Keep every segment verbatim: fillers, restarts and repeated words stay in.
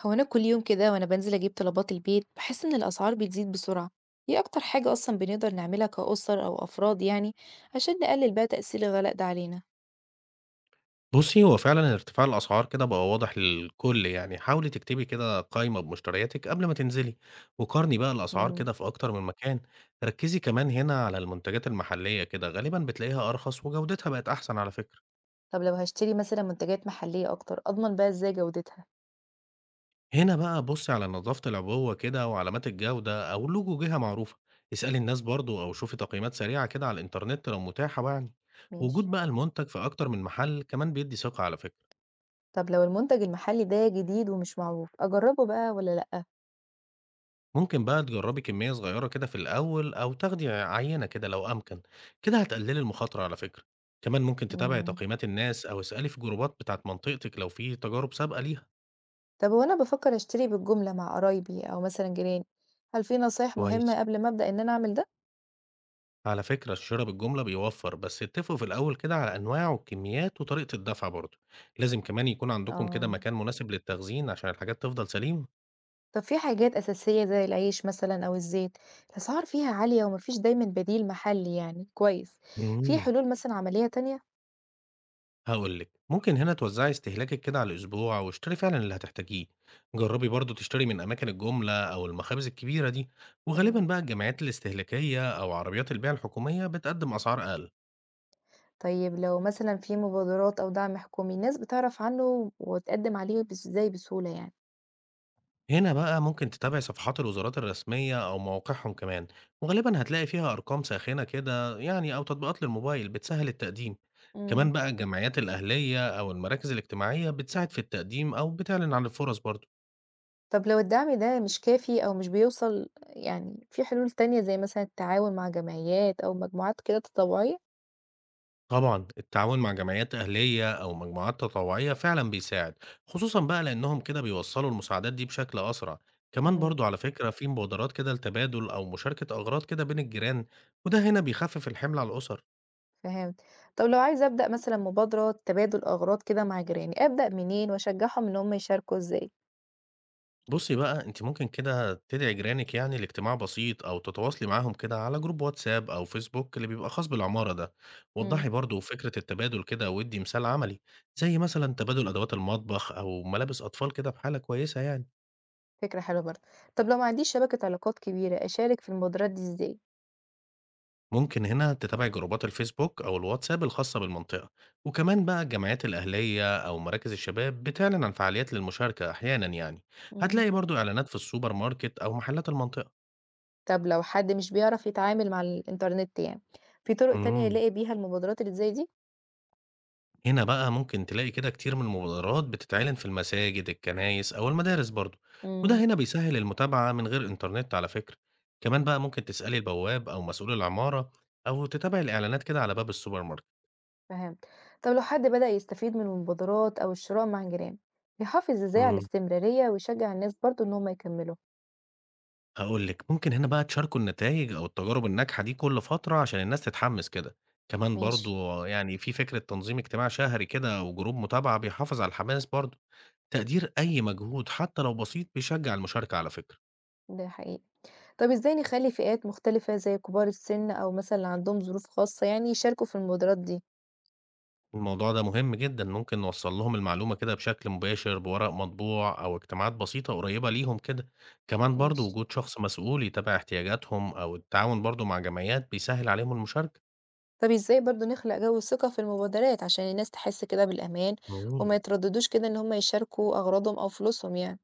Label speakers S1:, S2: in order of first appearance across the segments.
S1: هو أنا كل يوم كده وأنا بنزل أجيب طلبات البيت بحس إن الأسعار بتزيد بسرعة. إيه أكتر حاجة أصلا بنقدر نعملها كأسر أو أفراد يعني عشان نقلل بقى تأثير الغلاء ده علينا؟
S2: بُصّي، هو فعلًا ارتفاع الأسعار كده بقى واضح للكل يعني، حاولي تكتبي كده قايمة بمشترياتِك قبل ما تنزلي، وقارني بقى الأسعار
S1: مم.
S2: كده في أكتر من مكان، ركّزي كمان هنا على المنتجات المحلية كده، غالبًا بتلاقيها أرخص وجودتها بقت أحسن على فكرة.
S1: طب لو هشتري مثلا منتجات محلية أكتر أضمن بقى إزاي جودتها؟
S2: هنا بقى بُصّي على نظافة العبوة كده وعلامات الجودة أو لوجو جهة معروفة، اسألي الناس برضه أو شوفي تقييمات سريعة كده على الإنترنت لو متاحة بقى يعني.
S1: ماشي.
S2: وجود بقى المنتج في أكتر من محل كمان بيدّي ثقة على فكرة.
S1: طب لو المنتج المحلي ده جديد ومش معروف أجربه بقى ولا لأ؟
S2: ممكن بقى تجربي كمية صغيرة كده في الأول أو تاخدي عينة كده لو أمكن، كده هتقللي المخاطرة على فكرة. كمان ممكن تتابعي
S1: مم.
S2: تقييمات الناس أو اسألي في جروبات بتاعت منطقتك لو في تجارب سابقة ليها.
S1: طب وأنا بفكر أشتري بالجملة مع قرايبي أو مثلا جيراني، هل في نصايح
S2: كويس،
S1: مهمة قبل ما أبدأ إن أنا أعمل ده؟
S2: على فكرة الشراء بالجملة بيوفر، بس اتفقوا في الأول كده على أنواع والكميات وطريقة الدفع برضه، لازم كمان يكون عندكم كده
S1: اه.
S2: مكان مناسب للتخزين عشان الحاجات تفضل سليمة.
S1: طب في حاجات أساسية زي العيش مثلًا أو الزيت، الأسعار فيها عالية وما فيش دايمًا بديل محلي يعني كويس، في
S2: مم.
S1: حلول مثلًا عملية تانية؟
S2: هاقول لِك، ممكن هنا توزّعي استهلاكِك كده على الأسبوع واشتري فعلًا اللي هتحتاجيه، جرّبي برضه تشتري من أماكن الجُملة أو المخابز الكبيرة دي، وغالبًا
S1: تمام.
S2: بقى الجمعيات الاستهلاكية أو عربيات البيع الحكومية بتقدّم أسعار أقل،
S1: طيب لو مثلًا في مبادرات أو دعم حكومي الناس بتعرف عنه وتقدم عليه بس إزاي بسهولة يعني؟
S2: هنا بقى ممكن تتابعي صفحات الوزارات الرسمية أو مواقعهم كمان، وغالبًا هتلاقي فيها أرقام ساخنة كده يعني أو تطبيقات للموبايل بتسهّل التقديم،
S1: إمم.
S2: كمان بقى الجمعيات الأهلية أو المراكز الاجتماعية بتساعد في التقديم أو بتعلن عن الفُرَص برضه.
S1: طب لو الدعم ده مش كافي أو مش بيوصل يعني في حلول تانية زي مثلًا التعاون مع جمعيات أو مجموعات كده تطوعية؟
S2: طبعًا، التعاون مع جمعيات أهلية أو مجموعات تطوعية فعلًا بيساعد، خصوصًا بقى لإنهم كده بيوصّلوا المساعدات دي بشكل أسرع، كمان
S1: تمام.
S2: برضه على فكرة في مبادرات كده لتبادل أو مشاركة أغراض كده بين الجيران، وده هنا بيخفف الحمل على الأسر.
S1: فهمت. طب لو عايزة أبدأ مثلًا مبادرة تبادل أغراض كده مع جيراني، أبدأ منين وأشجعهم إن هم يشاركوا إزاي؟
S2: بُصّي بقى أنتِ ممكن كده تدعي جيرانِك يعني لاجتماع بسيط أو تتواصلي معاهم كده على جروب واتساب أو فيسبوك اللي بيبقى خاص بالعمارة ده،
S1: إمم.
S2: وضّحي برضه فكرة التبادل كده وادّي مثال عملي، زي مثلًا تبادل أدوات المطبخ أو ملابس أطفال كده بحالة كويسة يعني.
S1: فكرة حلوة برضه. طب لو ما عنديش شبكة علاقات كبيرة، أشارك في المبادرات دي إزاي؟
S2: ممكن هنا تتابع جروبات الفيسبوك أو الواتساب الخاصة بالمنطقة، وكمان بقى الجمعيات الأهلية أو مراكز الشباب بتعلن عن فعاليات للمشاركة أحيانا يعني.
S1: إمم.
S2: هتلاقي برضو إعلانات في السوبر ماركت أو محلات المنطقة.
S1: طب لو حد مش بيعرف يتعامل مع الإنترنت يعني، في طرق تانية
S2: امم
S1: يلاقي بيها المبادرات اللي زي دي؟
S2: هنا بقى ممكن تلاقي كده كتير من المبادرات بتتعلن في المساجد الكنايس أو المدارس برضو،
S1: إمم.
S2: وده هنا بيسهل المتابعة من غير إنترنت على فكرة. كمان بقى ممكن تسألي البواب أو مسؤول العمارة أو تتابع الإعلانات كده على باب السوبر
S1: فهمت. طب لو حد بدأ يستفيد من المبادرات أو الشراء مع الجيران، يحافظ إزاي على
S2: ماركت.
S1: الاستمرارية ويشجع الناس برضه إن هم يكملوا؟
S2: هاقول لِك، ممكن هنا بقى تشاركوا النتايج أو التجارب الناجحة دي كل فترة عشان الناس تتحمس كده، كمان
S1: ماشي.
S2: برضه يعني في فكرة تنظيم اجتماع شهري كده أو جروب متابعة بيحافظ على الحماس برضه، تقدير أي مجهود حتى لو بسيط بيشجع المشاركة على فكرة.
S1: ده حقيقي. طب إزاي نخلي فئات مختلفة زي كبار السن أو مثلًا اللي عندهم ظروف خاصة يعني يشاركوا في المبادرات دي؟
S2: الموضوع ده مهم جدًا، ممكن نوصّل لهم المعلومة كده بشكل مباشر بورق مطبوع أو اجتماعات بسيطة قريبة ليهم كده، كمان برضه
S1: ماشي.
S2: وجود شخص مسؤول يتابع احتياجاتهم أو التعاون برضه مع جمعيات بيسهّل عليهم المشاركة.
S1: طب إزاي برضه نخلق جو ثقة في المبادرات عشان الناس تحس كده بالأمان وما
S2: إمم.
S1: يترددوش كده إن هم يشاركوا أغراضهم أو فلوسهم يعني؟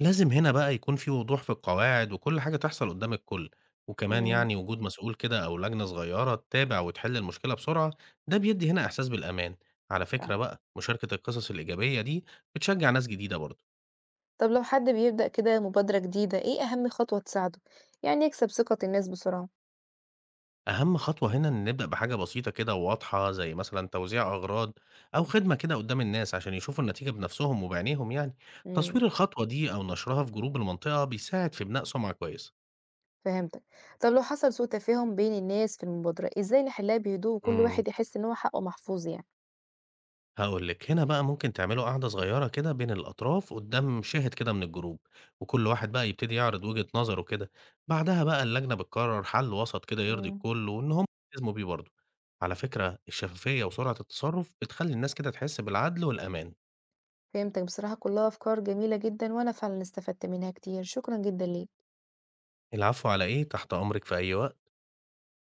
S2: لازم هنا بقى يكون في وضوح في القواعد وكل حاجة تحصل قدام الكل، وكمان
S1: امم.
S2: يعني وجود مسؤول كده أو لجنة صغيرة تتابع وتحل المشكلة بسرعة، ده بيدي هنا إحساس بالأمان، على فكرة
S1: فعلا.
S2: بقى مشاركة القصص الإيجابية دي بتشجع ناس جديدة برضه.
S1: طب لو حد بيبدأ كده مبادرة جديدة إيه أهم خطوة تساعده يعني يكسب ثقة الناس بسرعة؟
S2: أهم خطوة هنا إن نبدأ بحاجة بسيطة كده وواضحة زي مثلا توزيع أغراض أو خدمة كده قدام الناس عشان يشوفوا النتيجة بنفسهم وبعينيهم يعني،
S1: امم.
S2: تصوير الخطوة دي أو نشرها في جروب المنطقة بيساعد في بناء سمعة كويسة.
S1: فهمتك. طب لو حصل سوء تفاهم بين الناس في المبادرة إزاي نحلها بهدوء وكل
S2: امم
S1: واحد يحس إن هو حقه محفوظ يعني؟
S2: هاقول لِك، هنا بقى ممكن تعملوا قعدة صغيرة كده بين الأطراف قدّام شاهد كده من الجروب، وكل واحد بقى يبتدي يعرض وجهة نظره كده، بعدها بقى اللجنة بتقرر حل وسط كده يرضي
S1: امم.
S2: الكل وإن هم يلتزموا بيه برضه. على فكرة الشفافية وسرعة التصرف بتخلّي الناس كده تحس بالعدل والأمان.
S1: فهمتك، بصراحة كلها أفكار جميلة جدا وأنا فعلا استفدت منها كتير، شكرا جدا ليك.
S2: العفو على إيه، تحت أمرِك في أي وقت.